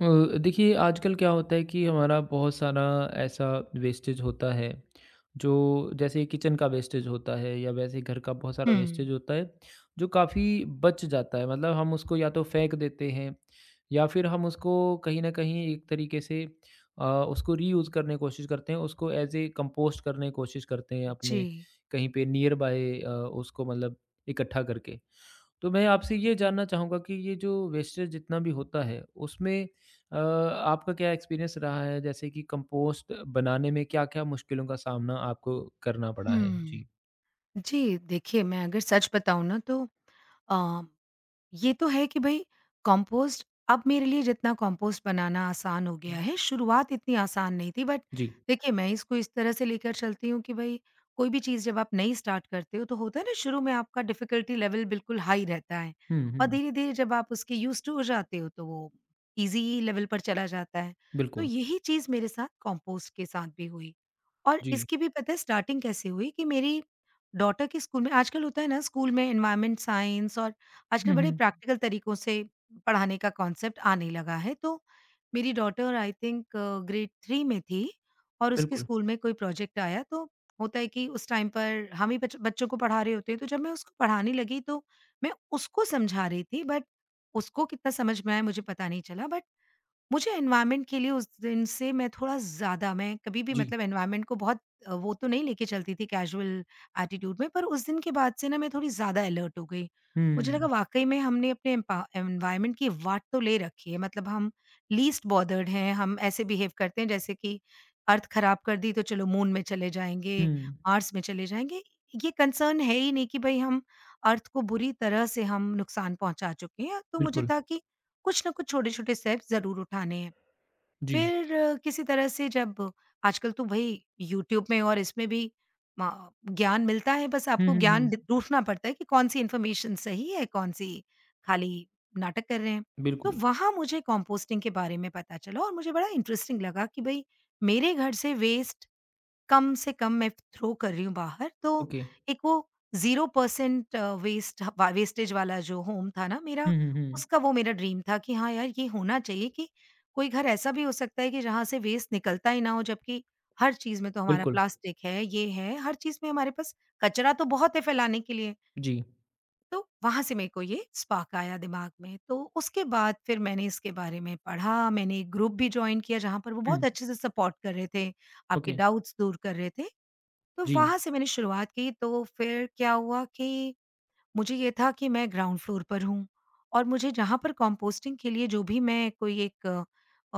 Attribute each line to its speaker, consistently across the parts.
Speaker 1: देखिए आजकल क्या होता है कि हमारा बहुत सारा ऐसा वेस्टेज होता है, जो जैसे किचन का वेस्टेज होता है या वैसे घर का बहुत सारा
Speaker 2: हुँ,
Speaker 1: वेस्टेज होता है जो काफ़ी बच जाता है। मतलब हम उसको या तो फेंक देते हैं या फिर हम उसको कहीं ना कहीं एक तरीके से उसको रीयूज़ करने की कोशिश करते हैं, उसको एज ए कंपोस्ट करने की कोशिश करते हैं अपने
Speaker 2: जी।
Speaker 1: कहीं पे नियर बाय उसको मतलब इकट्ठा करके। तो मैं आपसे ये
Speaker 2: जी।
Speaker 1: जानना चाहूँगा कि ये जो वेस्टेज जितना भी होता है, उसमें आपका क्या एक्सपीरियंस रहा है? जैसे कि कंपोस्ट बनाने में क्या-क्या मुश्किलों का सामना आपको करना पड़ा है?
Speaker 2: हुँ,
Speaker 1: जी।
Speaker 2: जी, देखिए मैं अगर सच बताऊँ ना तो अ, ये तो है कि भई कंपोस्ट अब मेरे लिए जितना कंपोस्ट बनाना आसान हो गया है, शुरुआत इतनी आसान नहीं थी बट
Speaker 1: जी।
Speaker 2: देखिए मैं इसको इस तरह से लेकर चलती हूँ कि भई कोई भी चीज़ जब आप नई स्टार्ट करते हो तो होता है ना, शुरू में आपका डिफ़िकल्टी लेवल बिल्कुल हाई रहता है
Speaker 1: हुँ,
Speaker 2: और
Speaker 1: हुँ।
Speaker 2: धीरे-धीरे जब आप उसके यूज़्ड टू हो जाते हो तो वो ईज़ी लेवल पर चला जाता है। तो
Speaker 1: बिल्कुल।
Speaker 2: यही चीज़ मेरे साथ कंपोस्ट के साथ भी हुई। और
Speaker 1: जी।
Speaker 2: इसकी भी पता है स्टार्टिंग कैसे हुई कि मेरी डॉटर के स्कूल में आजकल होता है ना, स्कूल में एनवायरनमेंट साइंस और आजकल
Speaker 1: हुँ,
Speaker 2: बड़े
Speaker 1: हुँ।
Speaker 2: प्रैक्टिकल तरीकों से पढ़ाने का कॉन्सेप्ट आने लगा है। तो मेरी डॉटर आई थिंक ग्रेड 3 में थी और उसके
Speaker 1: बिल्कुल।
Speaker 2: स्कूल में कोई प्रोजेक्ट आया, तो होता है कि उस टाइम पर हम ही बच बच्चों को पढ़ा रहे होते हैं। तो जब मैं उसको पढ़ाने लगी तो मैं उसको समझा रही थी, बट उसको कितना समझ में आया मुझे पता नहीं चला, बट मुझे एनवायरनमेंट के लिए उस दिन से मैं थोड़ा ज़्यादा, मैं कभी भी
Speaker 1: जी।
Speaker 2: मतलब एनवायरनमेंट को बहुत वो तो नहीं लेके चलती थी, कैजुअल एटीट्यूड में, पर उस दिन के बाद से ना मैं थोड़ी ज़्यादा अलर्ट हो गई। मुझे लगा
Speaker 1: हुँ।
Speaker 2: वाक़ई में हमने अपने एम्पा एनवायरनमेंट की वाट तो ले रखी है। मतलब हम लीस्ट बॉदर्ड हैं, हम ऐसे बिहेव करते हैं जैसे कि अर्थ ख़राब कर दी तो चलो मून में चले जाएँगे,
Speaker 1: हुँ।
Speaker 2: मार्स में चले जाएँगे। ये कंसर्न है ही नहीं कि भई हम अर्थ को बुरी तरह से हम नुकसान पहुँचा चुके हैं। तो मुझे
Speaker 1: बिल्कुल।
Speaker 2: था कि कुछ ना कुछ छोटे-छोटे स्टेप्स ज़रूर उठाने हैं।
Speaker 1: जी।
Speaker 2: फिर किसी तरह से जब आजकल तो भई यूट्यूब में और इसमें भी म ज्ञान मिलता है, बस
Speaker 1: हुँ,
Speaker 2: आपको
Speaker 1: हुँ,
Speaker 2: ज्ञान ढ
Speaker 1: हुँ।
Speaker 2: ढूँढना पड़ता है कि कौन-सी इन्फॉर्मेशन सही है, कौन-सी खाली नाटक कर रहे हैं। तो
Speaker 1: बिल्कुल।
Speaker 2: वहाँ मुझे कंपोस्टिंग के बारे में पता चला और मुझे बड़ा इंटरेस्टिंग लगा कि भई मेरे घर से वेस्ट कम से कम मैं थ्रो कर रही हूँ बाहर, तो
Speaker 1: ओके।
Speaker 2: एक वो 0% वेस्टेज वाला जो होम था ना मेरा,
Speaker 1: हुँ, हुँ, हुँ।
Speaker 2: उसका वो मेरा ड्रीम था कि हाँ यार, ये होना चाहिए कि कोई घर ऐसा भी हो सकता है कि जहाँ से वेस्ट निकलता ही ना हो, जबकि हर चीज़ में तो हमारा
Speaker 1: बिल्कुल।
Speaker 2: प्लास्टिक है, ये है, हर चीज़ में हमारे पास कचरा तो बहुत है फैलाने के लिए।
Speaker 1: जी।
Speaker 2: तो वहाँ से मेरे को ये स्पार्क आया दिमाग में, तो उसके बाद फिर मैंने इसके बारे में पढ़ा, मैंने एक ग्रुप भी जॉइन किया जहाँ पर वो
Speaker 1: हुँ।
Speaker 2: बहुत अच्छे से सपोर्ट कर रहे थे, आपके
Speaker 1: ओके।
Speaker 2: डाउट्स दूर कर रहे थे। तो
Speaker 1: जी।
Speaker 2: वहाँ से मैंने शुरुआत की। तो फिर क्या हुआ कि मुझे ये था कि मैं ग्राउंड फ्लोर पर हूँ और मुझे जहाँ पर कंपोस्टिंग के लिए जो भी मैं कोई एक अ,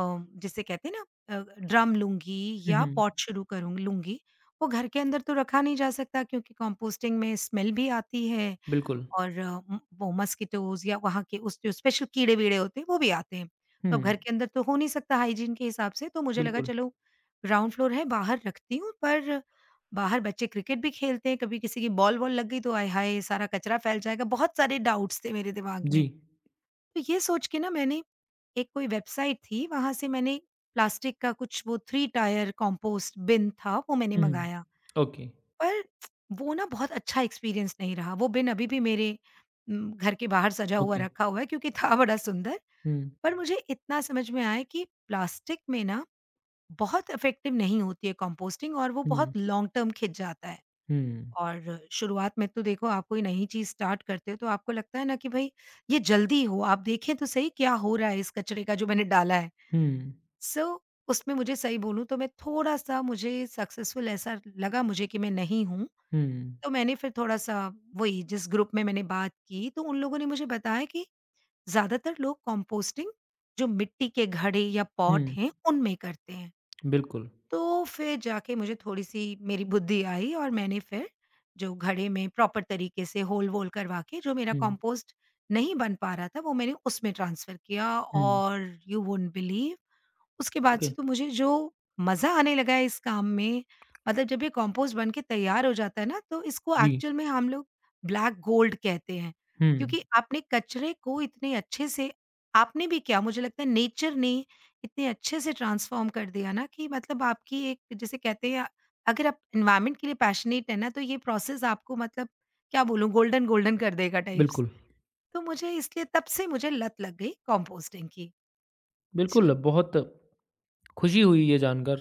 Speaker 2: अ, जिसे कहते हैं ना ड्रम लूंगी
Speaker 1: हुँ,
Speaker 2: या
Speaker 1: हुँ।
Speaker 2: पॉट शुरू करूँ लूंगी, वो घर के अंदर तो रखा नहीं जा सकता क्योंकि कंपोस्टिंग में स्मेल भी आती है
Speaker 1: बिल्कुल।
Speaker 2: और वो मस्किटोज़ या वहाँ के उस जो स्पेशल कीड़े-वीड़े होते हैं, वो भी आते हैं।
Speaker 1: हुँ।
Speaker 2: तो अब घर के अंदर तो हो नहीं सकता हाइजीन के हिसाब से, तो मुझे लगा
Speaker 1: बिल्कुल।
Speaker 2: चलो ग्राउंड फ्लोर है, बाहर रखती हूँ। पर बाहर बच्चे क्रिकेट भी खेलते हैं, कभी किसी की बॉल-वॉल लग गई तो आय हाय! सारा कचरा फैल जाएगा। बहुत सारे डाउट्स थे मेरे दिमाग
Speaker 1: जी।
Speaker 2: में। तो ये सोच के ना मैंने एक कोई वेबसाइट थी, वहाँ से मैंने प्लास्टिक का कुछ वो 3 टायर कंपोस्ट बिन था, वो मैंने
Speaker 1: हुँ।
Speaker 2: मँगाया।
Speaker 1: ओके।
Speaker 2: पर वो ना बहुत अच्छा एक्सपीरियंस नहीं रहा। वो बिन अभी भी मेरे घर के बाहर सजा हुआ
Speaker 1: ओके।
Speaker 2: रखा हुआ है क्योंकि था बड़ा सुंदर।
Speaker 1: हुँ,
Speaker 2: पर मुझे इतना समझ में आया कि प्लास्टिक में ना बहुत इफ़ेक्टिव नहीं होती है कंपोस्टिंग और वो
Speaker 1: हुँ,
Speaker 2: बहुत लॉन्ग टर्म खिंच जाता है।
Speaker 1: हुँ,
Speaker 2: और शुरुआत में तो देखो आप कोई नई चीज़ स्टार्ट करते हो तो आपको लगता है ना कि भई ये जल्दी हो, आप देखें तो सही क्या हो रहा है इस कचरे का जो मैंने डाला है।
Speaker 1: हुँ,
Speaker 2: सो उसमें मुझे सही बोलूँ तो मैं थोड़ा-सा, मुझे सक्सेसफुल ऐसा लगा मुझे कि मैं नहीं हूँ।
Speaker 1: हुँ,
Speaker 2: तो मैंने फिर थोड़ा-सा वही जिस ग्रुप में मैंने बात की, तो उन लोगों ने मुझे बताया कि ज़्यादातर लोग कंपोस्टिंग जो मिट्टी के घड़े या पॉट
Speaker 1: हुँ,
Speaker 2: हैं, उनमें करते हैं।
Speaker 1: बिल्कुल।
Speaker 2: तो फिर जाके मुझे थोड़ी-सी मेरी बुद्धि आई और मैंने फिर जो घड़े में प्रॉपर तरीके से होल-वोल करवा के जो मेरा
Speaker 1: हुँ,
Speaker 2: कंपोस्ट नहीं बन पा रहा था, वो मैंने उसमें ट्रांसफ़र किया।
Speaker 1: हुँ,
Speaker 2: और यू वुडन्ट बिलीव, उसके बाद
Speaker 1: ओके,
Speaker 2: से तो मुझे जो मज़ा आने लगा है इस काम में, मतलब जब ये कंपोस्ट बन के तैयार हो जाता है ना, तो इसको
Speaker 1: जी,
Speaker 2: एक्चुअल में हम लोग ब्लैक गोल्ड कहते हैं।
Speaker 1: हुँ,
Speaker 2: क्योंकि आपने कचरे को इतने अच्छे से, आपने भी क्या, मुझे लगता है नेचर ने इतने अच्छे से ट्रांसफ़ॉर्म कर दिया ना कि मतलब आपकी एक, जिसे कहते हैं, अगर आप एनवायरनमेंट के लिए पैशनेट है ना, तो ये प्रोसेस आपको मतलब क्या बोलूँ गोल्डन, गोल्डन कर देगा टाइप्स।
Speaker 1: बिल्कुल।
Speaker 2: तो मुझे इसलिए तब से मुझे लत लग गई कंपोस्टिंग की।
Speaker 1: बिल्कुल,
Speaker 2: जी।
Speaker 1: बहुत खुशी हुई ये जानकर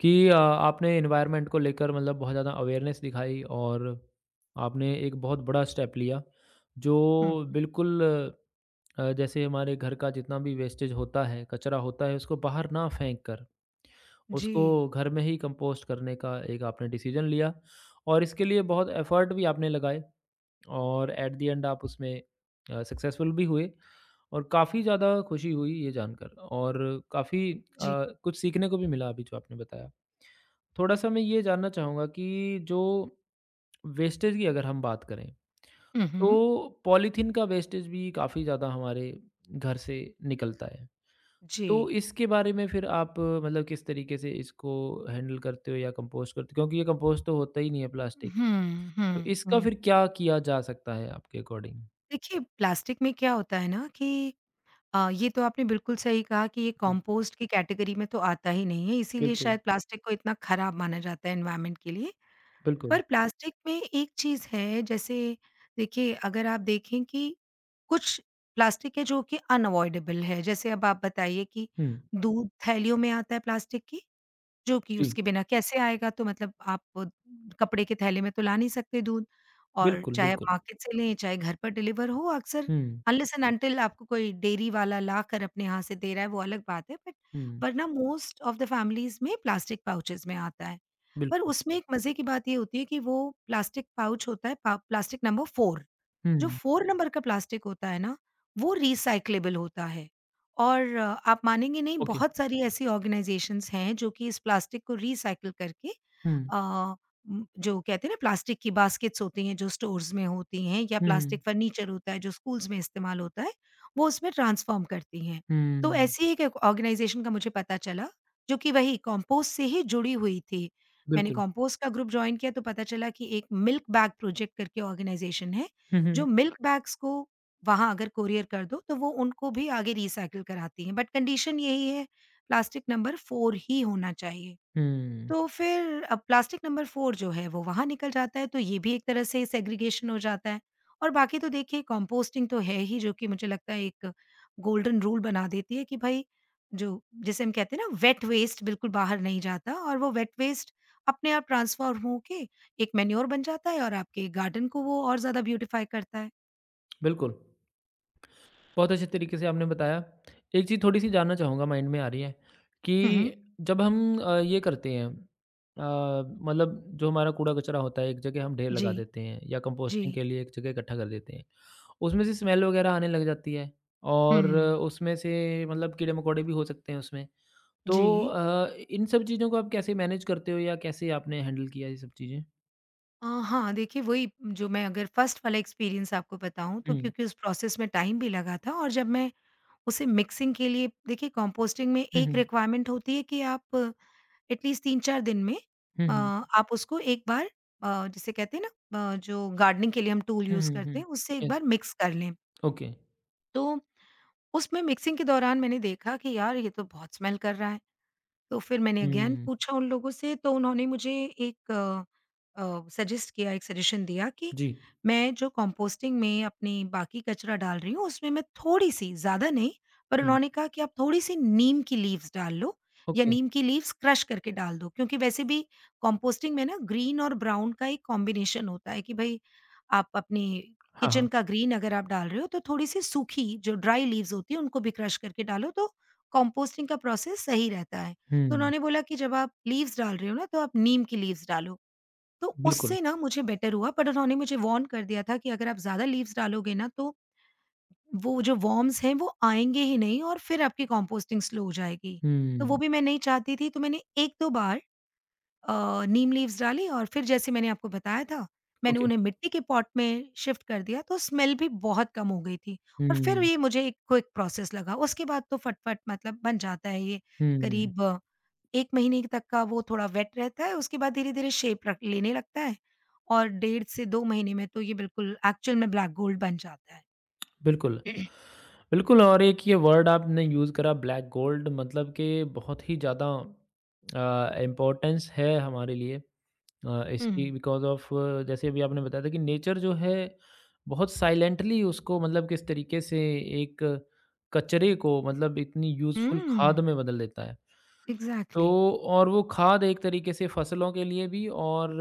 Speaker 1: कि आपने एनवायरनमेंट को लेकर मतलब बहुत ज़्यादा अवेयरनेस दिखाई और आपने एक बहुत बड़ा स्टेप लिया, जो
Speaker 2: हुँ, हुँ।
Speaker 1: बिल्कुल जैसे हमारे घर का जितना भी वेस्टेज होता है, कचरा होता है, उसको बाहर ना फेंक कर
Speaker 2: जी।
Speaker 1: उसको घर में ही कंपोस्ट करने का एक आपने डिसीजन लिया और इसके लिए बहुत एफर्ट भी आपने लगाए और एट द एंड आप उसमें सक्सेसफुल भी हुए और काफ़ी ज़्यादा खुशी हुई ये जानकर और काफ़ी कुछ सीखने को भी मिला अभी जो आपने बताया। थोड़ा सा मैं ये जानना चाहूँगा कि जो वेस्टेज की अगर हम बात करें,
Speaker 2: उहुँ।
Speaker 1: तो पॉलीथीन का वेस्टेज भी काफ़ी ज़्यादा हमारे घर से निकलता है।
Speaker 2: जी।
Speaker 1: तो इसके बारे में फिर आप मतलब किस तरीके से इसको हैंडल करते हो या कंपोस्ट करते हो? क्योंकि ये कंपोस्ट तो होता ही नहीं है प्लास्टिक।
Speaker 2: हुँ,
Speaker 1: तो
Speaker 2: हुँ,
Speaker 1: इसका
Speaker 2: हुँ।
Speaker 1: फिर क्या किया जा सकता है आपके अकॉर्डिंग?
Speaker 2: देखिए, प्लास्टिक में क्या होता है ना कि ये तो आपने बिल्कुल सही कहा कि ये
Speaker 1: जी,
Speaker 2: कंपोस्ट की कैटेगरी में तो आता ही नहीं है, इसीलिए
Speaker 1: बिल्कुल,
Speaker 2: शायद प्लास्टिक को इतना खराब माना जाता है एनवायरनमेंट के लिए।
Speaker 1: बिल्कुल।
Speaker 2: पर प्लास्टिक में एक चीज़ है, जैसे देखिए, अगर आप देखें कि कुछ प्लास्टिक है जो कि अनअवॉइडेबल है। जैसे अब आप बताइए कि
Speaker 1: हुँ,
Speaker 2: दूध थैलियों में आता है प्लास्टिक की? जो कि
Speaker 1: जी,
Speaker 2: उसके बिना कैसे आएगा? तो मतलब आप वो कपड़े के थैले में तो ला नहीं सकते दूध और
Speaker 1: बिल्कुल,
Speaker 2: चाहे आप
Speaker 1: बिल्कुल।
Speaker 2: मार्केट से लें, चाहे घर पर डिलीवर हो, अक्सर
Speaker 1: हुँ,
Speaker 2: अनलेस एंड अनटिल आपको कोई डेयरी वाला लाकर अपने यहाँ से दे रहा है, वो अलग बात है, बट
Speaker 1: हुँ,
Speaker 2: वरना मोस्ट ऑफ द फैमिलीज़ में प्लास्टिक पाउचेज़ में आता है। पर
Speaker 1: बिल्कुल।
Speaker 2: उसमें एक मज़े की बात ये होती है कि वो प्लास्टिक पाउच होता है पा प्लास्टिक नंबर 4, जो
Speaker 1: हुँ,
Speaker 2: 4 नंबर का प्लास्टिक होता है ना, वो रिसाइक्लेबल होता है और आप मानेंगे नहीं,
Speaker 1: ओके।
Speaker 2: बहुत सारी ऐसी ऑर्गनाइज़ेशंस हैं जो कि इस प्लास्टिक को रिसाइकिल करके
Speaker 1: हुँ,
Speaker 2: अ, जो कहते हैं ना प्लास्टिक की बास्केट्स होती हैं जो स्टोर्स में होती हैं या
Speaker 1: हुँ,
Speaker 2: प्लास्टिक फर्नीचर होता है जो स्कूल्स में इस्तेमाल होता है, वो उसमें ट्रांसफ़ॉर्म करती हैं। तो
Speaker 1: हुँ,
Speaker 2: ऐसी ही एक ऑर्गनाइज़ेशन का मुझे पता चला, जो कि वही कंपोस्ट से ही जुड़ी हुई थी। मैंने
Speaker 1: बिल्कुल।
Speaker 2: कंपोस्ट का ग्रुप जॉइन किया तो पता चला कि एक मिल्क बैग प्रोजेक्ट करके ऑर्गनाइज़ेशन है
Speaker 1: हुँ, हुँ,
Speaker 2: जो मिल्क बैग्स को वहाँ अगर कोरियर कर दो तो वो उनको भी आगे रीसाइकिल कराती हैं, बट कंडीशन यही है प्लास्टिक नंबर 4 ही होना चाहिए।
Speaker 1: हुँ,
Speaker 2: तो फिर अब प्लास्टिक नंबर 4 जो है वो वहाँ निकल जाता है, तो ये भी एक तरह से सेग्रीगेशन हो जाता है। और बाकी तो देखिए कंपोस्टिंग तो है ही, जो कि मुझे लगता है एक गोल्डन रूल बना देती है कि भई जो जिसे हम कहते हैं ना वेट वेस्ट बिल्कुल बाहर नहीं जाता और वो वेट वेस्ट अपने आप ट्रांसफॉर्म होके एक मैन्योर बन जाता है और आपके गार्डन को वो और ज़्यादा ब्यूटीफाई करता है।
Speaker 1: बिल्कुल। बहुत अच्छे तरीके से आपने बताया। एक चीज़ थोड़ी-सी जानना चाहूँगा, माइंड में आ रही है
Speaker 2: हुँ, हुँ।
Speaker 1: कि जब हम ये करते हैं, मतलब जो हमारा कूड़ा-कचरा होता है, एक जगह हम ढेर
Speaker 2: जी,
Speaker 1: लगा देते हैं या
Speaker 2: जी।
Speaker 1: कंपोस्टिंग के लिए एक जगह इकट्ठा कर देते हैं। उसमें से स्मेल वगैरह आने लग जाती है और
Speaker 2: हुँ।
Speaker 1: उसमें से मतलब कीड़े-मकोड़े भी हो सकते हैं उसमें। तो
Speaker 2: जी।
Speaker 1: इन सब चीज़ों को आप कैसे मैनेज करते हो या कैसे आपने हैंडल किया ये सब चीज़ें?
Speaker 2: हाँ, देखिए वही जो मैं अगर फर्स्ट वाला एक्सपीरियंस आपको बताऊँ तो
Speaker 1: हुँ।
Speaker 2: क्योंकि उस प्रोसेस में टाइम भी लगा था और जब मैं उसे मिक्सिंग के लिए, देखिए कंपोस्टिंग में
Speaker 1: हुँ,
Speaker 2: एक
Speaker 1: हुँ।
Speaker 2: रिक्वायरमेंट होती है कि आप एटलीस्ट 3-4 दिन में
Speaker 1: हुँ, हुँ।
Speaker 2: आप उसको एक बार, जिसे कहते हैं ना जो गार्डनिंग के लिए हम टूल
Speaker 1: हुँ,
Speaker 2: यूज़
Speaker 1: हुँ,
Speaker 2: करते
Speaker 1: हुँ।
Speaker 2: हैं उससे एक
Speaker 1: यस,
Speaker 2: बार मिक्स कर लें।
Speaker 1: ओके।
Speaker 2: तो उसमें मिक्सिंग के दौरान मैंने देखा कि यार ये तो बहुत स्मेल कर रहा है। तो फिर मैंने अगेन
Speaker 1: हुँ,
Speaker 2: पूछा उन लोगों से, तो उन्होंने मुझे एक सजेस्ट किया, एक सजेशन दिया कि
Speaker 1: जी।
Speaker 2: मैं जो कंपोस्टिंग में अपनी बाकी कचरा डाल रही हूँ उसमें मैं थोड़ी-सी, ज़्यादा नहीं, पर
Speaker 1: हुँ,
Speaker 2: उन्होंने कहा कि आप थोड़ी-सी नीम की लीव्स डाल लो या
Speaker 1: ओके।
Speaker 2: नीम की लीव्स क्रश करके डाल दो। क्योंकि वैसे भी कंपोस्टिंग में ना ग्रीन और ब्राउन का एक कॉम्बिनेशन होता है कि भई आप अपनी
Speaker 1: हाँ, हाँ।
Speaker 2: किचन का ग्रीन अगर आप डाल रहे हो तो थोड़ी-सी सूखी जो ड्राई लीव्स होती हैं उनको भी क्रश करके डालो तो कंपोस्टिंग का प्रोसेस सही रहता है। तो
Speaker 1: हुँ,
Speaker 2: उन्होंने बोला कि जब आप लीव्स डाल रहे हो ना तो आप नीम की लीव्स डालो। तो
Speaker 1: बिल्कुल।
Speaker 2: उससे ना मुझे बेटर हुआ, बट उन्होंने मुझे वार्न कर दिया था कि अगर आप ज़्यादा लीव्स डालोगे ना तो वो जो वर्म्स हैं वो आएँगे ही नहीं और फिर आपकी कंपोस्टिंग स्लो हो जाएगी। तो वो
Speaker 1: हुँ,
Speaker 2: भी मैं नहीं चाहती थी, तो मैंने 1-2 बार नीम लीव्स डाली और फिर, जैसे मैंने आपको बताया था, मैंने
Speaker 1: ओके।
Speaker 2: उन्हें मिट्टी के पॉट में शिफ्ट कर दिया तो स्मेल भी बहुत कम हो गई थी। और फिर
Speaker 1: हुँ,
Speaker 2: ये मुझे एक क्विक प्रोसेस लगा। उसके बाद तो फटाफट, मतलब, बन जाता है ये।
Speaker 1: हुँ,
Speaker 2: करीब 1 महीने तक का वो थोड़ा वेट रहता है, उसके बाद धीरे-धीरे शेप रख लेने लगता है और 1.5 से 2 महीने में तो ये बिल्कुल एक्चुअल में ब्लैक गोल्ड बन जाता है।
Speaker 1: बिल्कुल। बिल्कुल, और एक ये वर्ड आपने यूज़ करा ब्लैक गोल्ड, मतलब कि बहुत ही ज़्यादा इम्पोर्टेंस है हमारे लिए इसकी
Speaker 2: हुँ।
Speaker 1: बिकॉज़ ऑफ़, जैसे अभी आपने बताया था कि नेचर जो है बहुत साइलेंटली उसको मतलब किस तरीके से एक कचरे को मतलब इतनी यूज़फुल खाद
Speaker 2: हुँ,
Speaker 1: में बदल देता है। तो
Speaker 2: एग्ज़ैक्टली।
Speaker 1: और वो खाद एक तरीके से फसलों के लिए भी और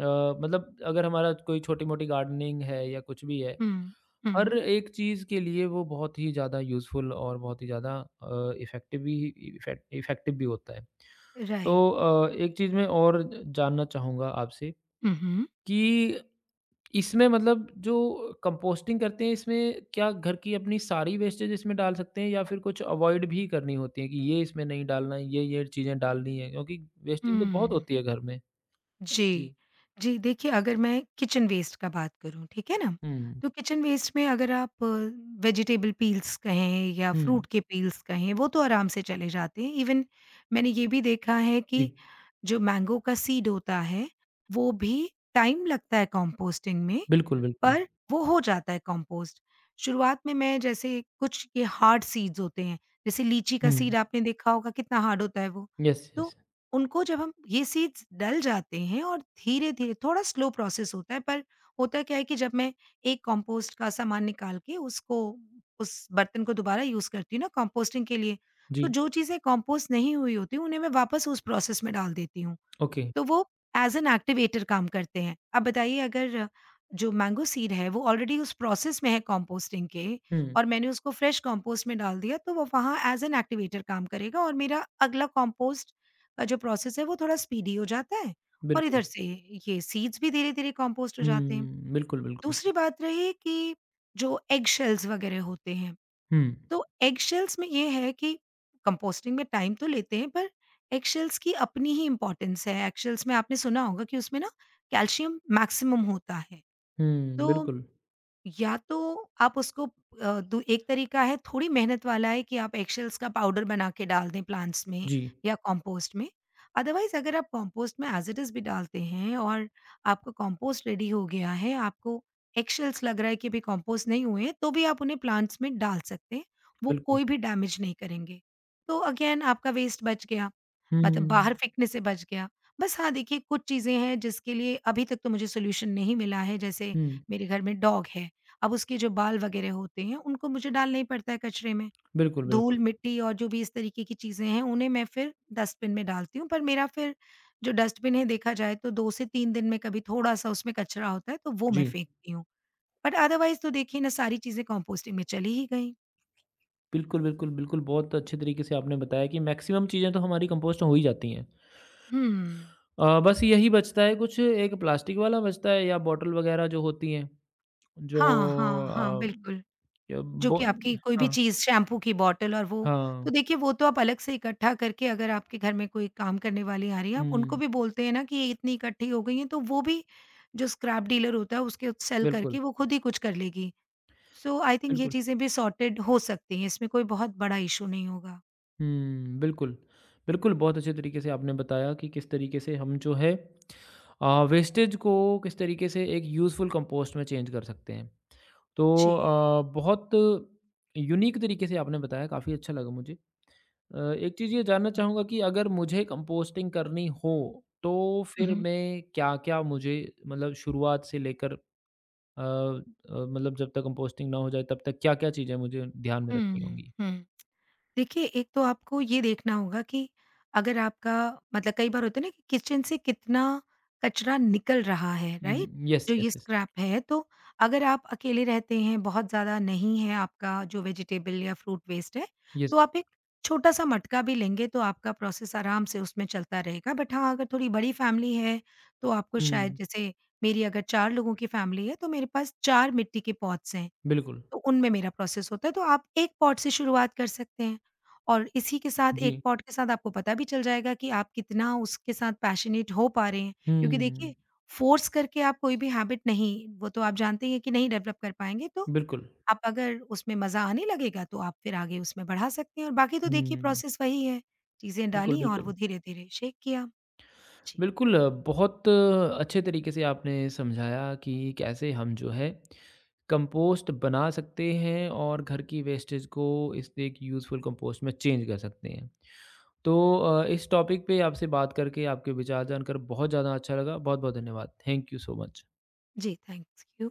Speaker 1: अ, मतलब अगर हमारा कोई छोटी-मोटी गार्डनिंग है या कुछ भी है,
Speaker 2: हुँ,
Speaker 1: हर
Speaker 2: हुँ,
Speaker 1: एक चीज़ के लिए वो बहुत ही ज़्यादा यूज़फुल और बहुत ही ज़्यादा इफ़ेक्टिव भी इफ़ेक्टिव भी होता है।
Speaker 2: राइट।
Speaker 1: तो एक चीज़ मैं और जानना चाहूँगा आपसे
Speaker 2: हुँ, हुँ,
Speaker 1: कि इसमें मतलब जो कंपोस्टिंग करते हैं इसमें क्या घर की अपनी सारी वेस्टेज इसमें डाल सकते हैं या फिर कुछ अवॉइड भी करनी होती है कि ये इसमें नहीं डालना है, ये चीज़ें डालनी है क्योंकि वेस्टिंग तो बहुत
Speaker 2: हुँ।
Speaker 1: होती है घर में?
Speaker 2: जी।
Speaker 1: जी।
Speaker 2: जी, देखिए, अगर मैं किचन वेस्ट का बात करूँ, ठीक है ना?
Speaker 1: हुँ,
Speaker 2: तो किचन वेस्ट में अगर आप वेजिटेबल पील्स कहें या
Speaker 1: हुँ,
Speaker 2: फ्रूट के पील्स कहें, वो तो आराम से चले जाते हैं। इवन मैंने ये भी देखा है
Speaker 1: जी।
Speaker 2: कि जो मैंगो का सीड होता है, वो भी टाइम लगता है कंपोस्टिंग में,
Speaker 1: बिल्कुल, बिल्कुल।
Speaker 2: पर वो हो जाता है कंपोस्ट। शुरुआत में मैं जैसे, कुछ ये हार्ड सीड्स होते हैं, जैसे लीची का
Speaker 1: हुँ,
Speaker 2: सीड आपने देखा होगा कितना हार्ड होता है वो।
Speaker 1: यस,
Speaker 2: तो
Speaker 1: यस।
Speaker 2: उनको जब हम ये सीड्स डल जाते हैं, और धीरे-धीरे थोड़ा स्लो प्रोसेस होता है। पर होता क्या है कि जब मैं एक कंपोस्ट का सामान निकाल के उसको उस बर्तन को दोबारा यूज़ करती हूँ ना कंपोस्टिंग के लिए, तो
Speaker 1: जी,
Speaker 2: जो चीज़ें कंपोस्ट नहीं हुई होती उन्हें मैं वापस उस प्रोसेस में डाल देती हूँ।
Speaker 1: ओके।
Speaker 2: तो वो एज़ एन एक्टिवेटर काम करते हैं। अब बताइए, अगर जो मैंगो सीड है वो ऑलरेडी उस प्रोसेस में है कंपोस्टिंग के,
Speaker 1: हुँ,
Speaker 2: और मैंने उसको फ्रेश कंपोस्ट में डाल दिया, तो वो वहाँ एज़ एन एक्टिवेटर काम करेगा और मेरा अगला कंपोस्ट का जो प्रोसेस है वो थोड़ा स्पीडी हो जाता है और
Speaker 1: बिल्कुल।
Speaker 2: इधर से ये सीड्स भी धीरे-धीरे कंपोस्ट हो जाते हैं।
Speaker 1: हुँ, बिल्कुल, बिल्कुल।
Speaker 2: दूसरी बात रही कि जो एग शेल्स वगैरह होते हैं,
Speaker 1: हुँ,
Speaker 2: तो एगशेल्स में ये है कि कंपोस्टिंग में टाइम तो लेते हैं पर एगशेल्स की अपनी ही इम्पोर्टेंस है। एगशेल्स में आपने सुना होगा कि उसमें ना कैल्शियम मैक्सिमम होता है।
Speaker 1: हुँ,
Speaker 2: तो
Speaker 1: बिल्कुल।
Speaker 2: या तो आप उसको अ, दू एक तरीका है, थोड़ी मेहनत वाला है, कि आप एगशेल्स का पाउडर बना के डाल दें प्लांट्स में
Speaker 1: जी,
Speaker 2: या कंपोस्ट में। अदरवाइज़, अगर आप कंपोस्ट में एज़ इट इज़ भी डालते हैं और आपका कंपोस्ट रेडी हो गया है, आपको एगशेल्स लग रहा है कि अभी कंपोस्ट नहीं हुए हैं, तो भी आप उन्हें प्लांट्स में डाल सकते हैं। वो
Speaker 1: बिल्कुल।
Speaker 2: कोई भी डैमेज नहीं करेंगे। तो अगेन आपका वेस्ट बच गया,
Speaker 1: हुँ,
Speaker 2: मतलब बाहर फेंकने से बच गया। बस हाँ, देखिए, कुछ चीज़ें हैं जिसके लिए अभी तक तो मुझे सॉल्यूशन नहीं मिला है। जैसे
Speaker 1: हुँ,
Speaker 2: मेरे घर में डॉग है। अब उसके जो बाल वगैरह होते हैं उनको मुझे डालना ही पड़ता है कचरे में।
Speaker 1: बिल्कुल,
Speaker 2: धूल,
Speaker 1: बिल्कुल।
Speaker 2: मिट्टी और जो भी इस तरीके की चीज़ें हैं उन्हें मैं फिर डस्टबिन में डालती हूँ। पर मेरा फिर जो डस्टबिन है, देखा जाए तो 2 से 3 दिन में कभी थोड़ा-सा उसमें कचरा होता है तो वो मैं
Speaker 1: जी।
Speaker 2: फेंकती हूँ। बट अदरवाइज़ तो देखिए ना, सारी चीज़ें कंपोस्टिंग में चली ही गई।
Speaker 1: बिल्कुल, बिल्कुल, बिल्कुल, बहुत अच्छे तरीके से आपने बताया कि मैक्सिमम चीज़ें तो हमारी कंपोस्ट हो ही जाती हैं।
Speaker 2: हुँ।
Speaker 1: बस यही बचता है कुछ एक प्लास्टिक वाला बचता है या बॉटल वगैरह जो होती हैं, जो
Speaker 2: हाँ, हाँ, हाँ,
Speaker 1: अ,
Speaker 2: बिल्कुल।
Speaker 1: य
Speaker 2: जो
Speaker 1: बो
Speaker 2: कि आपकी कोई भी
Speaker 1: हाँ,
Speaker 2: चीज़, शैम्पू की बॉटल और वो।
Speaker 1: हाँ।
Speaker 2: तो देखिए, वो तो आप अलग से इकट्ठा करके, अगर आपके घर में कोई काम करने वाली आ रही है, आप उनको
Speaker 1: हुँ,
Speaker 2: भी बोलते हैं ना कि ये इतनी इकट्ठी हो गई है, तो वो भी जो स्क्रैप डीलर होता है उसके सेल
Speaker 1: बिल्कुल,
Speaker 2: करके वो खुद ही कुछ कर लेगी। सो आई थिंक ये
Speaker 1: बिल्कुल।
Speaker 2: चीज़ें भी सॉर्टेड हो सकती हैं, इसमें कोई बहुत बड़ा इश्यू नहीं होगा।
Speaker 1: हुँ, बिल्कुल। बिल्कुल, बहुत अच्छे तरीके से आपने बताया कि किस तरीके से हम जो है वेस्टेज को किस तरीके से एक यूज़फुल कंपोस्ट में चेंज कर सकते हैं। तो
Speaker 2: जी।
Speaker 1: बहुत यूनीक तरीके से आपने बताया, काफ़ी अच्छा लगा मुझे। एक चीज़ ये जानना चाहूँगा कि अगर मुझे कंपोस्टिंग करनी हो, तो
Speaker 2: हुँ,
Speaker 1: फिर
Speaker 2: हुँ।
Speaker 1: मैं क्या-क्या मुझे मतलब शुरुआत से लेकर मतलब जब तक कंपोस्टिंग ना हो जाए, तब तक क्या-क्या चीज़ें मुझे ध्यान में रखनी
Speaker 2: हुँ,
Speaker 1: होंगी?
Speaker 2: हुँ। देखिए, एक तो आपको ये देखना होगा कि अगर आपका, मतलब, कई बार होता है ना कि किचन से कितना कचरा निकल रहा है, राइट?
Speaker 1: यस,
Speaker 2: जो ये
Speaker 1: यस, यस।
Speaker 2: स्क्रैप है, तो अगर आप अकेले रहते हैं, बहुत ज़्यादा नहीं है आपका जो वेजिटेबल या फ्रूट वेस्ट है, तो
Speaker 1: यस।
Speaker 2: आप एक छोटा-सा मटका भी लेंगे, तो आपका प्रोसेस आराम से उसमें चलता रहेगा। बट हाँ, अगर थोड़ी बड़ी फैमिली है, तो आपको शायद
Speaker 1: हुँ।
Speaker 2: जैसे, मेरी अगर 4 लोगों की फैमिली है, तो मेरे पास 4 मिट्टी के पॉट्स हैं।
Speaker 1: बिल्कुल,
Speaker 2: तो उनमें मेरा प्रोसेस होता है, तो आप एक पॉट से शुरुआत कर सकते हैं, और इसी के साथ एक
Speaker 1: जी।
Speaker 2: पॉट के साथ आपको पता भी चल जाएगा कि आप कितना उसके साथ पैशनेट हो पा रहे हैं। क्योंकि
Speaker 1: हुँ,
Speaker 2: देखिए, फ़ोर्स करके आप कोई भी हैबिट नहीं, वो तो आप जानते ही हैं, कि नहीं डेवलप कर पाएँगे। तो
Speaker 1: बिल्कुल।
Speaker 2: आप अगर उसमें मज़ा आने लगेगा, तो आप फिर आगे उसमें बढ़ा सकते हैं। और बाकी तो देखिए,
Speaker 1: हुँ,
Speaker 2: प्रोसेस वही है, चीज़ें
Speaker 1: बिल्कुल,
Speaker 2: डाली और वो
Speaker 1: बिल्कुल।
Speaker 2: धीरे-धीरे शेक किया। जी।
Speaker 1: बिल्कुल, बहुत अच्छे तरीके से आपने समझाया कि कैसे हम जो है कंपोस्ट बना सकते हैं और घर की वेस्टेज को इस एक यूज़फुल कंपोस्ट में चेंज कर सकते हैं। तो इस टॉपिक पे आपसे बात करके, आपके विचार जानकर बहुत ज़्यादा अच्छा लगा। बहुत-बहुत धन्यवाद। Thank you so much.
Speaker 2: जी, थैंक्स यू।